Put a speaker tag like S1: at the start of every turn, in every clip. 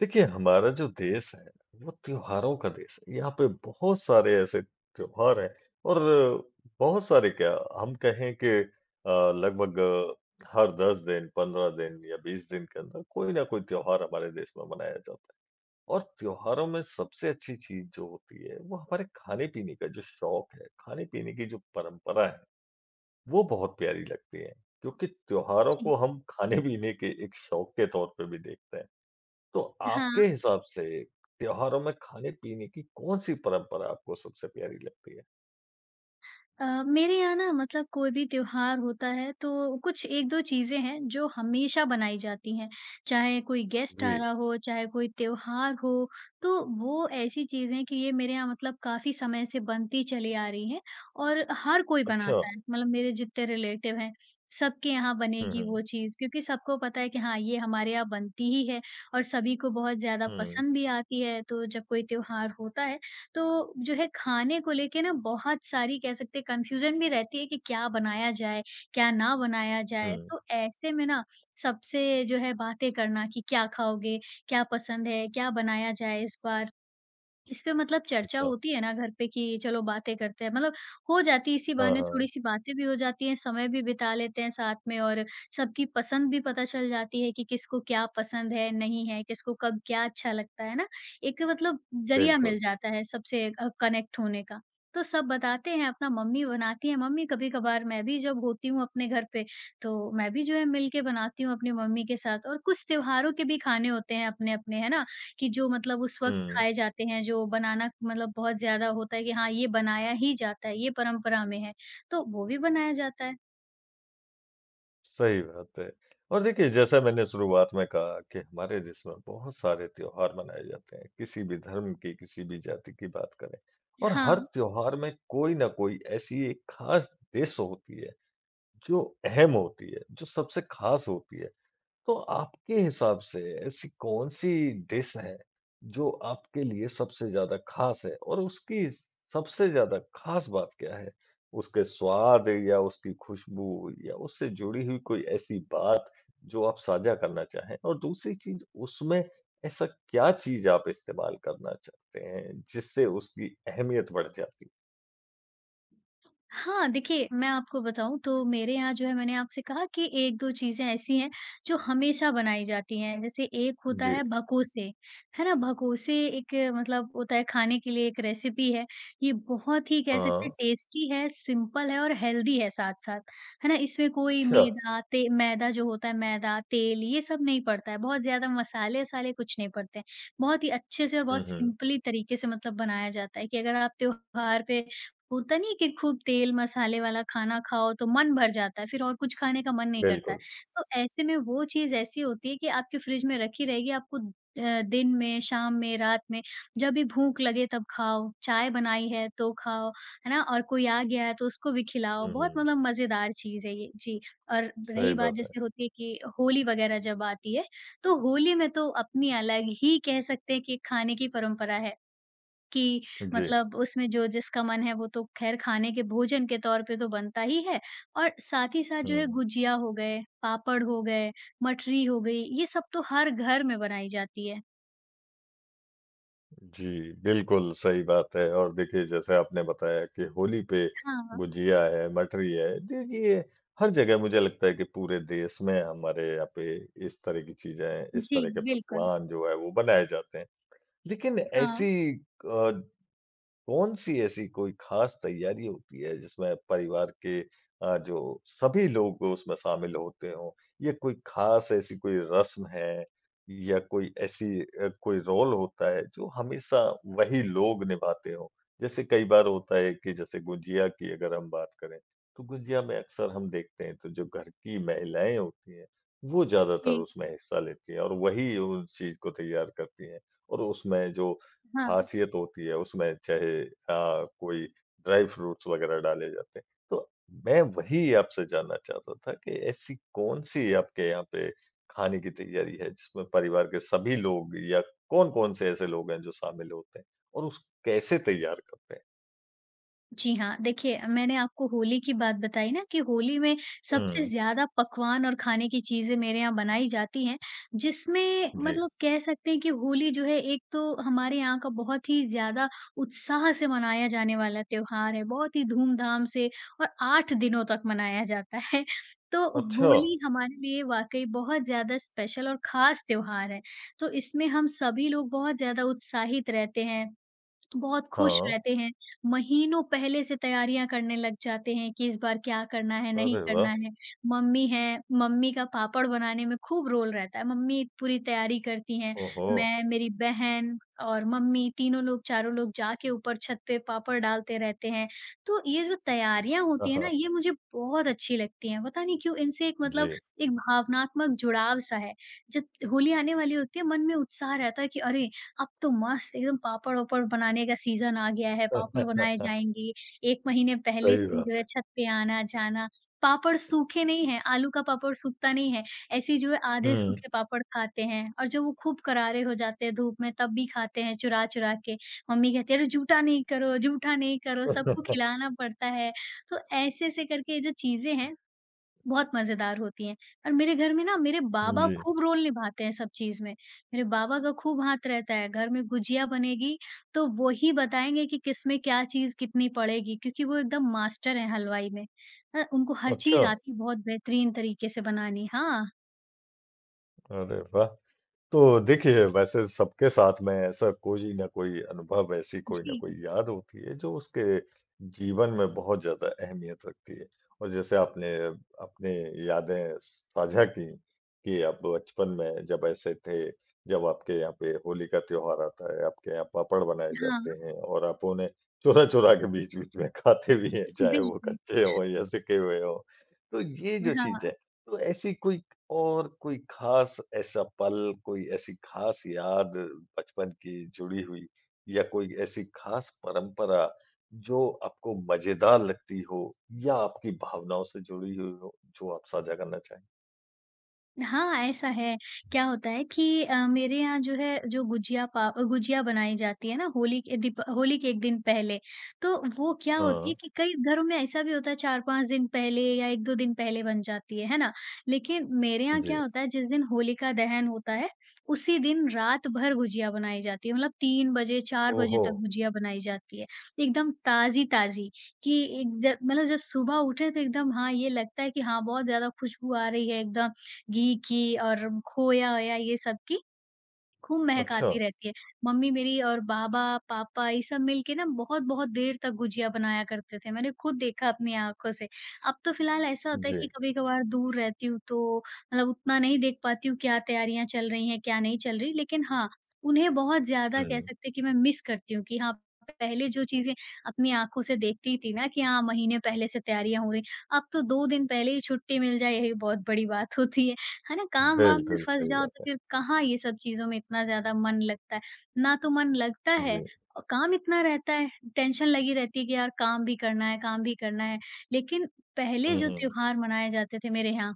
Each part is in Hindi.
S1: देखिए, हमारा जो देश है, वो त्योहारों का देश है। यहाँ पे बहुत सारे ऐसे त्योहार हैं और बहुत सारे क्या हम कहें कि लगभग हर 10 दिन, 15 दिन या 20 दिन के अंदर कोई ना कोई त्योहार हमारे देश में मनाया जाता है। और त्योहारों में सबसे अच्छी चीज़ जो होती है, वो हमारे खाने-पीने का जो शौक है, खाने-पीने की जो परंपरा है, वो बहुत प्यारी लगती है। क्योंकि त्योहारों
S2: जी,
S1: को हम खाने-पीने के एक शौक के तौर पे भी देखते हैं। तो
S2: हाँ।
S1: आपके हिसाब से त्योहारों में खाने-पीने की कौन-सी परंपरा आपको सबसे प्यारी लगती है?
S2: मेरे यहाँ ना मतलब कोई भी त्योहार होता है तो कुछ 1-2 चीज़ें हैं जो हमेशा बनाई जाती हैं। चाहे कोई गेस्ट आ
S1: जी,
S2: रहा हो, चाहे कोई त्योहार हो, तो वो ऐसी चीज़ें हैं कि ये मेरे यहाँ मतलब काफ़ी समय से बनती चली आ रही हैं और हर कोई
S1: अच्छा।
S2: बनाता है। मतलब मेरे जितने रिलेटिव हैं, सबके यहाँ
S1: हुँ,
S2: बनेगी
S1: हुँ।
S2: वो चीज़ क्योंकि सबको पता है कि हाँ, ये हमारे यहाँ बनती ही है और सभी को बहुत ज़्यादा
S1: हुँ,
S2: पसंद भी आती है। तो जब कोई त्योहार होता है तो जो है खाने को लेके ना बहुत सारी कह सकते हैं कन्फ्यूजन भी रहती है कि क्या बनाया जाए, क्या ना बनाया जाए?
S1: हुँ।
S2: तो ऐसे में ना सबसे जो है बातें करना कि क्या खाओगे? क्या पसंद है? क्या बनाया जाए इस बार? इस पे मतलब चर्चा
S1: अच्छा।
S2: होती है ना घर पे कि चलो बातें करते हैं, मतलब हो जाती है इसी
S1: हाँ,
S2: बहाने
S1: हाँ,
S2: थोड़ी-सी बातें भी हो जाती हैं, समय भी बिता लेते हैं साथ में और सबकी पसंद भी पता चल जाती है कि किसको क्या पसंद है, नहीं है, किसको कब क्या अच्छा लगता है ना? एक मतलब ज़रिया
S1: बिल्कुल।
S2: मिल जाता है सबसे कनेक्ट होने का। तो सब बताते हैं, अपना मम्मी बनाती हैं, मम्मी कभी-कभार मैं भी जब होती हूँ अपने घर पे, तो मैं भी जो है मिल के बनाती हूँ अपनी मम्मी के साथ और कुछ त्योहारों के भी खाने होते हैं अपने-अपने, है ना? कि जो मतलब उस वक़्त
S1: हुँ,
S2: खाए जाते हैं, जो बनाना मतलब बहुत ज़्यादा होता है कि हाँ, ये बनाया ही जाता है, ये परंपरा में है, तो वो भी बनाया जाता है।
S1: सही बात है। और देखिए, जैसा मैंने शुरुआत में कहा कि हमारे देश में बहुत सारे त्योहार मनाए जाते हैं, किसी भी धर्म की, किसी भी जाति की बात करें और हर
S2: हाँ।
S1: त्योहार में कोई न कोई ऐसी एक खास डिश होती है, जो अहम होती है, जो सबसे खास होती है। तो आपके हिसाब से ऐसी कौन-सी डिश है, जो आपके लिए सबसे ज़्यादा ख़ास है? और उसकी सबसे ज़्यादा ख़ास बात क्या है? उसके स्वाद या उसकी खुशबू या उससे जुड़ी हुई कोई ऐसी बात जो आप साझा करना चाहें? और दूसरी चीज़ उसमें ऐसा क्या चीज़ आप इस्तेमाल करना चाहते हैं, जिससे उसकी अहमियत बढ़ जाती? है?
S2: हाँ, देखिए, मैं आपको बताऊँ तो मेरे यहाँ जो है मैंने आपसे कहा कि 1-2 चीज़ें ऐसी हैं जो हमेशा बनाई जाती हैं। जैसे एक होता
S1: जी।
S2: है भकोसे, है ना? भकोसे एक मतलब होता है खाने के लिए एक रेसिपी है। ये बहुत ही कह सकते हैं
S1: हाँ,
S2: टेस्टी है, सिंपल है और हेल्दी है साथ-साथ, है ना? इसमें कोई
S1: अच्छा।
S2: मैदा जो होता है मैदा, तेल ये सब नहीं पड़ता है। बहुत ज़्यादा मसाले-वसाले कुछ नहीं पड़ते हैं। बहुत ही अच्छे से और
S1: हुँ,
S2: बहुत
S1: हुँ।
S2: सिंपली तरीके से मतलब बनाया जाता है कि अगर आप त्योहार पे होता नहीं है कि खूब तेल मसाले वाला खाना खाओ तो मन भर जाता है, फिर और कुछ खाने का मन नहीं करता है।
S1: बिल्कुल।
S2: तो ऐसे में वो चीज़ ऐसी होती है कि आपके फ्रिज में रखी रहेगी आपको दिन में, शाम में, रात में जब भी भूख लगे तब खाओ, चाय बनाई है तो खाओ, है ना? और कोई आ गया है तो उसको भी खिलाओ,
S1: हुँ,
S2: बहुत
S1: हुँ।
S2: मतलब मज़ेदार चीज़ है ये। जी, और
S1: सही
S2: रही बात
S1: बात है।
S2: जैसे होती है कि होली वग़ैरह जब आती है, तो होली में तो अपनी अलग ही कह सकते हैं कि खाने की परंपरा है। कि
S1: जी।
S2: मतलब उसमें जो जिसका मन है वो तो ख़ैर खाने के भोजन के तौर पे तो बनता ही है और साथ ही साथ जो है
S1: हुँ।
S2: गुजिया हो गए, पापड़ हो गए, मठरी हो गई, ये सब तो हर घर में बनाई जाती है।
S1: जी, बिल्कुल सही बात है और देखिए जैसे आपने बताया कि होली पे
S2: हाँ।
S1: गुजिया है, मठरी है, देखिए ये हर जगह मुझे लगता है कि पूरे देश में हमारे यहाँ पे इस तरह की चीज़ें, इस
S2: जी,
S1: तरह के
S2: बिल्कुल।
S1: पकवान जो है वो बनाए जाते हैं। लेकिन
S2: हाँ,
S1: ऐसी अ कौन-सी ऐसी कोई ख़ास तैयारी होती है जिसमें परिवार के जो सभी लोग उसमें शामिल होते हों? ये कोई ख़ास ऐसी कोई रस्म है या कोई ऐसी कोई रोल होता है जो हमेशा वही लोग निभाते हों? जैसे कई बार होता है कि जैसे गुझिया की अगर हम बात करें, तो गुझिया में अक्सर हम देखते हैं तो जो घर की महिलाएँ होती हैं, वो ज़्यादातर
S2: जी,
S1: उसमें हिस्सा लेती हैं और वही उस चीज़ को तैयार करती हैं और उसमें जो
S2: हाँ।
S1: खासियत होती है उसमें चाहे कोई ड्राई फ्रूट्स वगैरह डाले जाते हैं। तो मैं वही आपसे जानना चाहता था कि ऐसी कौन-सी आपके यहाँ पे खाने की तैयारी है जिसमें परिवार के सभी लोग या कौन-कौन से ऐसे लोग हैं जो शामिल होते हैं? और उस कैसे तैयार करते हैं?
S2: जी हाँ, देखिए मैंने आपको होली की बात बताई ना कि होली में सबसे
S1: हुँ,
S2: ज़्यादा पकवान और खाने की चीज़ें मेरे यहाँ बनाई जाती हैं, जिसमें
S1: जी।
S2: मतलब कह सकते हैं कि होली जो है एक तो हमारे यहाँ का बहुत ही ज़्यादा उत्साह से मनाया जाने वाला त्योहार है, बहुत ही धूम-धाम से और 8 दिनों तक मनाया जाता है। तो
S1: अच्छा,
S2: होली हमारे लिए वाक़ई बहुत ज़्यादा स्पेशल और ख़ास त्योहार है, तो इसमें हम सभी लोग बहुत ज़्यादा उत्साहित रहते हैं। बहुत खुश
S1: हाँ।
S2: रहते हैं, महीनों पहले से तैयारियाँ करने लग जाते हैं कि इस बार क्या करना है, नहीं
S1: अरे वाह!
S2: करना है। मम्मी हैं, मम्मी का पापड़ बनाने में खूब रोल रहता है, मम्मी पूरी तैयारी करती हैं।
S1: ओहो!
S2: मैं, मेरी बहन और मम्मी तीनों लोग, चारों लोग जाके ऊपर छत पे पापड़ डालते रहते हैं। तो ये जो तैयारियाँ होती
S1: हाँ,
S2: हैं ना,
S1: हाँ,
S2: ये मुझे बहुत अच्छी लगती हैं, पता नहीं क्यों इनसे एक मतलब
S1: जी।
S2: एक भावनात्मक जुड़ाव सा है। जब होली आने वाली होती है, मन में उत्साह रहता है कि अरे! अब तो मस्त एकदम पापड़-वापड़ बनाने का सीज़न आ गया है, पापड़ बनाए जाएँगे। 1 महीने पहले
S1: सही
S2: से ही जो
S1: बात
S2: है
S1: है।
S2: छत पे आना-जाना। पापड़ सूखे नहीं हैं, आलू का पापड़ सूखता नहीं है। ऐसे ही जो है आधे
S1: हुँ।
S2: सूखे पापड़ खाते हैं और जब वो खूब करारे हो जाते हैं धूप में तब भी खाते हैं चुरा-चुरा के। मम्मी कहती है, "अरे जूठा नहीं करो, जूठा नहीं करो।" सबको खिलाना पड़ता है। तो ऐसे-ऐसे करके ये जो चीज़ें हैं बहुत मज़ेदार होती हैं और मेरे घर में ना मेरे बाबा
S1: जी।
S2: खूब रोल निभाते हैं सब चीज़ में। मेरे बाबा का खूब हाथ रहता है, घर में गुजिया बनेगी तो वो ही बताएँगे कि किसमें क्या चीज़ कितनी पड़ेगी क्योंकि वो एकदम मास्टर हैं हलवाई में। उनको हर
S1: अच्छा,
S2: चीज़ आती है बहुत बेहतरीन तरीके से बनानी। हाँ,
S1: अरे वाह! तो देखिए, वैसे सबके साथ में ऐसा कोई ना कोई अनुभव, ऐसी कोई ना
S2: जी।
S1: कोई याद होती है जो उसके जीवन में बहुत ज़्यादा अहमियत रखती है। और जैसे आपने अपने यादें साझा की कि आप बचपन में जब ऐसे थे, जब आपके यहाँ पे होली का त्योहार आता है, आपके यहाँ पापड़ बनाए
S2: हाँ,
S1: जाते हैं और आप उन्हें चुरा-चुरा के बीच-बीच में खाते भी हैं, चाहे वो
S2: बिल्कुल।
S1: कच्चे हों या सिके हुए हों। तो ये जो चीज़ है,
S2: हाँ।
S1: तो ऐसी कोई और कोई ख़ास ऐसा पल, कोई ऐसी ख़ास याद बचपन की जुड़ी हुई या कोई ऐसी ख़ास परंपरा जो आपको मज़ेदार लगती हो या आपकी भावनाओं से जुड़ी हुई हो, जो आप साझा करना चाहें?
S2: हाँ, ऐसा है। क्या होता है कि मेरे यहाँ जो है जो गुजिया बनाई जाती है ना होली के दीप होली के 1 दिन पहले, तो वो क्या होती
S1: हाँ,
S2: है कि कई घरों में ऐसा भी होता है 4-5 दिन पहले या 1-2 दिन पहले बन जाती है ना? लेकिन मेरे यहाँ
S1: जी।
S2: क्या होता है जिस दिन होलिका दहन होता है, उसी दिन रात भर गुजिया बनाई जाती है। मतलब 3 बजे 4 बजे
S1: ओहो!
S2: तक गुजिया बनाई जाती है, एकदम ताज़ी-ताज़ी कि एक ज मतलब जब सुबह उठे तो एकदम हाँ, ये लगता है कि हाँ, बहुत ज़्यादा खुशबू आ रही है एकदम घी की और खोया-वोया ये सब की खूब महक
S1: अच्छा,
S2: आती रहती है। मम्मी मेरी और बाबा, पापा ये सब मिल के ना बहुत-बहुत देर तक गुजिया बनाया करते थे। मैंने खुद देखा अपनी आँखों से। अब तो फ़िलहाल ऐसा होता है
S1: जी।
S2: कि कभी-कभार दूर रहती हूँ तो मतलब उतना नहीं देख पाती हूँ क्या तैयारियाँ चल रही हैं, क्या नहीं चल रही। लेकिन हाँ, उन्हें बहुत ज़्यादा कह
S1: हुँ,
S2: सकते हैं कि मैं मिस करती हूँ कि हाँ, पहले जो चीज़ें अपनी आँखों से देखती थी ना कि हाँ, महीने पहले से तैयारियाँ हो रही। अब तो 2 दिन पहले ही छुट्टी मिल जाए यही बहुत बड़ी बात होती है। है ना? काम-वाम में
S1: बिल्कुल
S2: फँस
S1: सही
S2: जाओ
S1: बात
S2: तो
S1: है।
S2: फिर कहाँ ये सब चीज़ों में इतना ज़्यादा मन लगता है। ना तो मन लगता है
S1: जी।
S2: और काम इतना रहता है, टेंशन लगी रहती है कि यार काम भी करना है, काम भी करना है। लेकिन पहले
S1: हुँ,
S2: जो
S1: हुँ।
S2: त्योहार मनाए जाते थे मेरे यहाँ,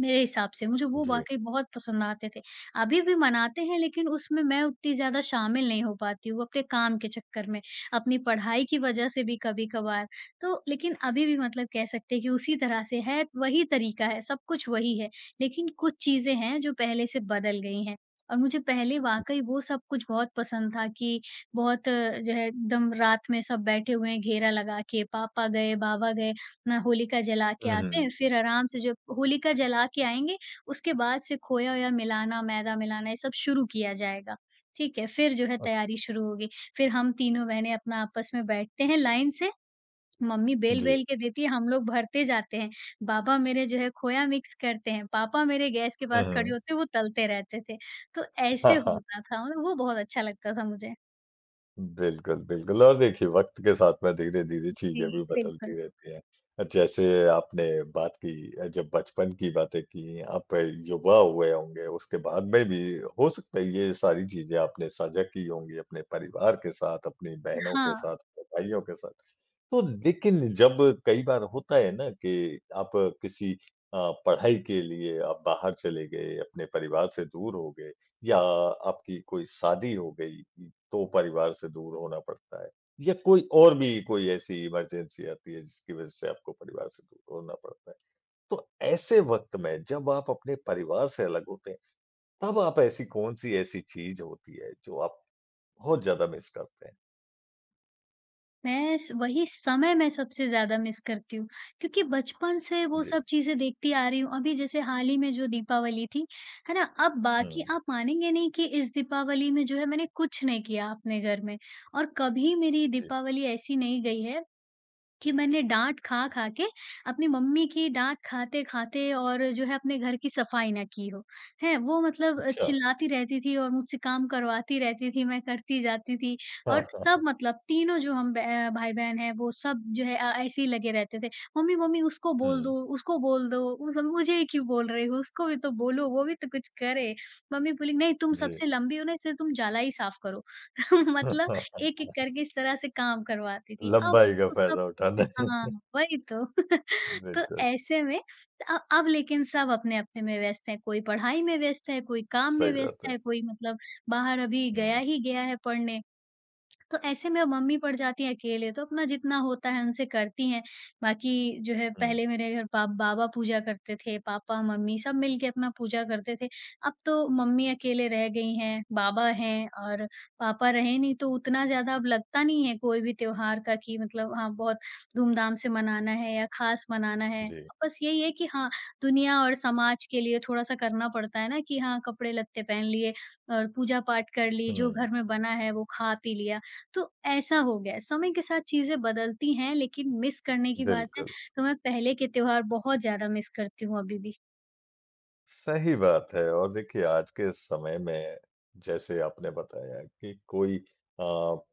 S2: मेरे हिसाब से, मुझे वो
S1: जी।
S2: वाक़ई बहुत पसंद आते थे। अभी भी मनाते हैं लेकिन उसमें मैं उतनी ज़्यादा शामिल नहीं हो पाती हूँ अपने काम के चक्कर में, अपनी पढ़ाई की वज़ह से भी कभी-कभार। तो लेकिन अभी भी मतलब कह सकते हैं कि उसी तरह से है, वही तरीका है, सब कुछ वही है। लेकिन कुछ चीज़ें हैं जो पहले से बदल गई हैं और मुझे पहले वाक़ई वो सब कुछ बहुत पसंद था कि बहुत जो है एकदम रात में सब बैठे हुए हैं घेरा लगा के, पापा गए, बाबा गए अपना होलिका जला के
S1: हुँ,
S2: आते
S1: हुँ।
S2: हैं, फिर आराम से जब होलिका जला के आएँगे, उसके बाद से खोया-वोया मिलाना, मैदा मिलाना ये सब शुरू किया जाएगा। ठीक है? फिर जो है
S1: अ,
S2: तैयारी शुरू होगी। फिर हम तीनों बहनें अपना आपस में बैठते हैं लाइन से, मम्मी
S1: जी।
S2: बेल-बेल के देती है, हम लोग भरते जाते हैं। बाबा मेरे जो है खोया मिक्स करते हैं, पापा मेरे गैस के
S1: हुँ,
S2: पास खड़े
S1: हुँ।
S2: होते हैं, वो तलते रहते थे। तो ऐसे होता था और वो बहुत अच्छा लगता था मुझे।
S1: बिल्कुल, बिल्कुल और देखिए वक़्त के साथ में धीरे-धीरे
S2: जी,
S1: चीज़ें भी
S2: बिल्कुल।
S1: बदलती रहती हैं। जैसे आपने बात की जब बचपन की बातें की, आप युवा हुए होंगे, उसके बाद में भी हो सकता है ये सारी चीज़ें आपने साझा की होंगी अपने परिवार के साथ, अपनी बहनों के
S2: हाँ।
S1: साथ, अपने भाइयों के साथ। तो लेकिन जब कई बार होता है ना कि आप किसी पढ़ाई के लिए आप बाहर चले गए, अपने परिवार से दूर हो गए या आपकी कोई शादी हो गई, तो परिवार से दूर होना पड़ता है या कोई और भी कोई ऐसी इमरजेंसी आती है जिसकी वज़ह से आपको परिवार से दूर होना पड़ता है। तो ऐसे वक़्त में जब आप अपने परिवार से अलग होते हैं, तब आप ऐसी कौन-सी ऐसी चीज़ होती है जो आप बहुत ज़्यादा मिस करते हैं?
S2: मैं स वही समय मैं सबसे ज़्यादा मिस करती हूँ, क्योंकि बचपन से वो
S1: जी।
S2: सब चीज़ें देखती आ रही हूँ। अभी जैसे हाल ही में जो दीपावली थी, है ना? अब
S1: हुँ,
S2: बाकी आप मानेंगे नहीं कि इस दीपावली में जो है मैंने कुछ नहीं किया अपने घर में और कभी मेरी
S1: जी।
S2: दीपावली ऐसी नहीं गई है कि मैंने डाँट खा-खा के अपनी मम्मी की डाँट खाते-खाते और जो है अपने घर की सफाई ना की हो, हैं? वो मतलब
S1: अच्छा।
S2: चिल्लाती रहती थी और मुझसे काम करवाती रहती थी, मैं करती जाती थी
S1: हाँ,
S2: और सब
S1: हाँ।
S2: मतलब तीनों जो भाई-बहन हैं वो सब जो है ऐसे ही लगे रहते थे, "मम्मी, मम्मी
S1: हुँ,
S2: उसको बोल दो, मतलब मुझे ही क्यों बोल रही हो? उसको भी तो बोलो, वो भी तो कुछ करे।" मम्मी बोली, "नहीं, तुम
S1: जी।
S2: सबसे लंबी हो ना इसलिए तुम जाला ही साफ करो।" मतलब एक-एक करके इस तरह से काम करवाती थी। अब
S1: लंबाई का
S2: तो सब
S1: फ़ायदा उठाना है।
S2: हाँ, वही तो। तो
S1: बिल्कुल,
S2: ऐसे में अब लेकिन सब अपने-अपने में व्यस्त हैं, कोई पढ़ाई में व्यस्त है, कोई काम में
S1: सही
S2: व्यस्त
S1: बात है।
S2: है, कोई मतलब बाहर अभी गया
S1: हुँ,
S2: ही गया है पढ़ने। तो ऐसे में अब मम्मी पड़ जाती हैं अकेले, तो अपना जितना होता है उनसे करती हैं। बाकी जो है
S1: हुँ,
S2: पहले मेरे घर पा बाबा पूजा करते थे, पापा, मम्मी सब मिल के अपना पूजा करते थे। अब तो मम्मी अकेले रह गई हैं, बाबा हैं और पापा रहे नहीं तो उतना ज़्यादा अब लगता नहीं है कोई भी त्योहार का कि मतलब हाँ, बहुत धूमधाम से मनाना है या ख़ास मनाना है।
S1: जी।
S2: बस यही है कि हाँ, दुनिया और समाज के लिए थोड़ा-सा करना पड़ता है ना कि हाँ, कपड़े-लत्ते पहन लिए और पूजा-पाठ कर ली, जो घर
S1: हुँ,
S2: में बना है वो खा-पी लिया। तो ऐसा हो गया है, समय के साथ चीज़ें बदलती हैं लेकिन मिस करने की बात है,
S1: बिल्कुल।
S2: तो मैं पहले के त्योहार बहुत ज़्यादा मिस करती हूँ अभी भी।
S1: सही बात है और देखिए आज के समय में जैसे आपने बताया कि कोई अ,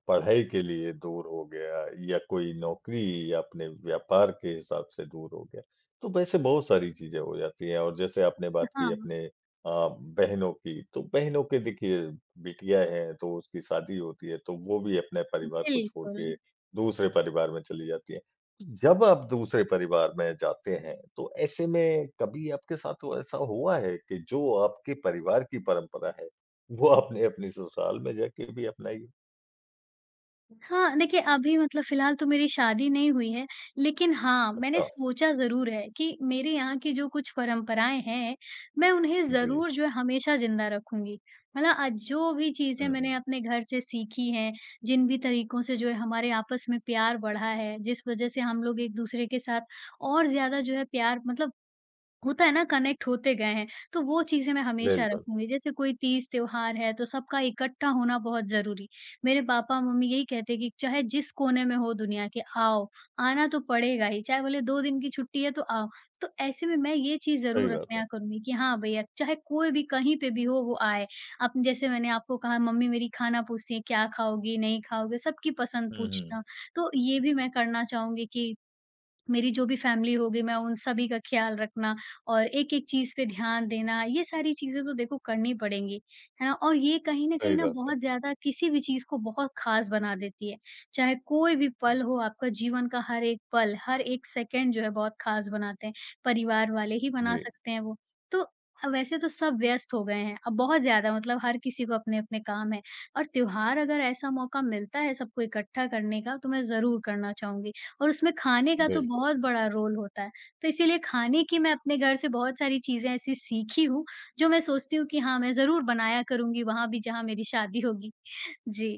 S1: पढ़ाई के लिए दूर हो गया या कोई नौकरी या अपने व्यापार के हिसाब से दूर हो गया तो वैसे बहुत सारी चीजें हो जाती हैं और जैसे आपने बात की
S2: हाँ,
S1: अपने बहनों की तो बहनों के देखिए बिटिया है तो उसकी शादी होती है तो वो भी अपने परिवार को छोड़
S2: बिल्कुल।
S1: के दूसरे परिवार में चली जाती है जब आप दूसरे परिवार में जाते हैं, तो ऐसे में कभी आपके साथ वो ऐसा हुआ है कि जो आपके परिवार की परंपरा है, वो आपने अपने ससुराल में जाके भी अपनाई हो?
S2: हाँ, देखिए अभी मतलब फ़िलहाल तो मेरी शादी नहीं हुई है, लेकिन हाँ, मैंने
S1: अच्छा,
S2: सोचा ज़रूर है कि मेरे यहाँ की जो कुछ परंपराएँ हैं, मैं उन्हें
S1: जी।
S2: ज़रूर जो है हमेशा ज़िंदा रखूँगी। मतलब जो भी चीज़ें
S1: हुँ, हुँ।
S2: मैंने अपने घर से सीखी हैं, जिन भी तरीकों से जो है हमारे आपस में प्यार बढ़ा है, जिस वज़ह से हम लोग एक-दूसरे के साथ और ज़्यादा जो है प्यार मतलब होता है ना कनेक्ट होते गए हैं, तो वो चीज़ें मैं हमेशा
S1: बिल्कुल,
S2: रखूँगी। जैसे कोई तीज त्योहार है तो सबका इकट्ठा होना बहुत ज़रूरी। मेरे पापा-मम्मी यही कहते हैं कि चाहे जिस कोने में हो दुनिया के आओ, आना तो पड़ेगा ही, चाहे बोले 2 दिन की छुट्टी है तो आओ। तो ऐसे में मैं ये चीज़
S1: सही
S2: ज़रूर
S1: बात है।
S2: रखना करूँगी कि हाँ भैया, चाहे कोई भी कहीं पे भी हो वो आए। अब जैसे मैंने आपको कहा मम्मी मेरी खाना पूछती हैं, क्या खाओगी, नहीं खाओगे, सबकी पसंद
S1: हुँ, हुँ,
S2: पूछना। तो ये भी मैं करना चाहूँगी कि मेरी जो भी फैमिली होगी मैं उन सभी का ख़्याल रखना और एक-एक चीज़ पे ध्यान देना, ये सारी चीज़ें तो देखो करनी पड़ेंगी, है ना? और ये कहीं न कहीं
S1: सही
S2: ना
S1: बात है।
S2: बहुत ज़्यादा किसी भी चीज़ को बहुत ख़ास बना देती है। चाहे कोई भी
S1: हुँ,
S2: पल हो आपका जीवन का हर एक पल, हर एक सेकंड जो है बहुत ख़ास बनाते हैं, परिवार वाले ही बना
S1: जी,
S2: सकते हैं वो। तो वैसे तो सब व्यस्त हो गए हैं, अब बहुत ज़्यादा मतलब हर किसी को अपने-अपने काम हैं और त्योहार अगर ऐसा मौका मिलता है सबको इकट्ठा करने का तो मैं ज़रूर करना चाहूँगी। और उसमें खाने का तो
S1: बिल्कुल।
S2: बहुत बड़ा रोल होता है। तो इसीलिए खाने की मैं अपने घर से बहुत सारी चीज़ें ऐसी सीखी हूँ, जो मैं सोचती हूँ कि हाँ, मैं ज़रूर बनाया करूँगी वहाँ भी जहाँ मेरी शादी होगी। जी,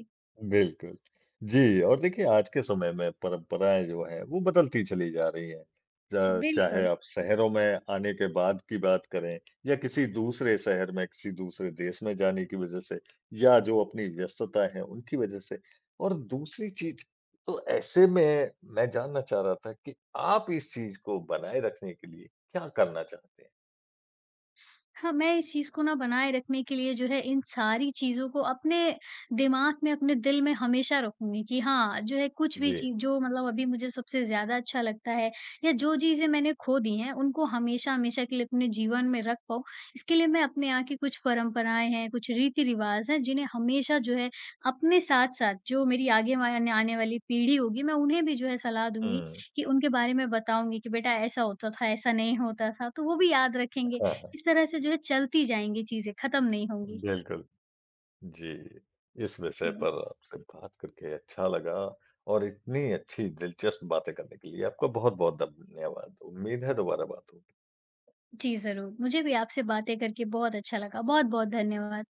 S1: बिल्कुल। जी, और देखिए आज के समय में परंपराएँ जो हैं वो बदलती चली जा रही हैं। च चाहे
S2: बिल्कुल।
S1: आप शहरों में आने के बाद की बात करें या किसी दूसरे शहर में, किसी दूसरे देश में जाने की वज़ह से या जो अपनी व्यस्तता है उनकी वज़ह से। और दूसरी चीज़ तो ऐसे में मैं जानना चाह रहा था कि आप इस चीज़ को बनाए रखने के लिए क्या करना चाहते हैं?
S2: हाँ, मैं इस चीज़ को ना बनाए रखने के लिए जो है इन सारी चीज़ों को अपने दिमाग में, अपने दिल में हमेशा रखूँगी कि हाँ, जो है कुछ भी
S1: जी।
S2: चीज़ जो मतलब अभी मुझे सबसे ज़्यादा अच्छा लगता है या जो चीज़ें मैंने खो दी हैं, उनको हमेशा-हमेशा के लिए अपने जीवन में रख पाऊँ। इसके लिए मैं अपने यहाँ की कुछ परंपराएँ हैं, कुछ रीति-रिवाज़ हैं, जिन्हें हमेशा जो है अपने साथ-साथ जो मेरी आगे वा आने आने वाली पीढ़ी होगी, मैं उन्हें भी जो है सलाह दूँगी
S1: हुँ।
S2: कि उनके बारे में बताऊँगी कि बेटा ऐसा होता था, ऐसा नहीं होता था, तो वो भी याद रखेंगे।
S1: हाँ, हाँ।
S2: इस तरह से जो है चलती जाएँगी चीज़ें, ख़त्म नहीं होंगी।
S1: बिल्कुल। जी, इस विषय
S2: जी।
S1: पर आपसे बात करके अच्छा लगा और इतनी अच्छी दिलचस्प बातें करने के लिए आपका बहुत-बहुत धन्यवाद। उम्मीद है दोबारा बात हो।
S2: जी, ज़रूर। मुझे भी आपसे बातें करके बहुत अच्छा लगा। बहुत-बहुत धन्यवाद।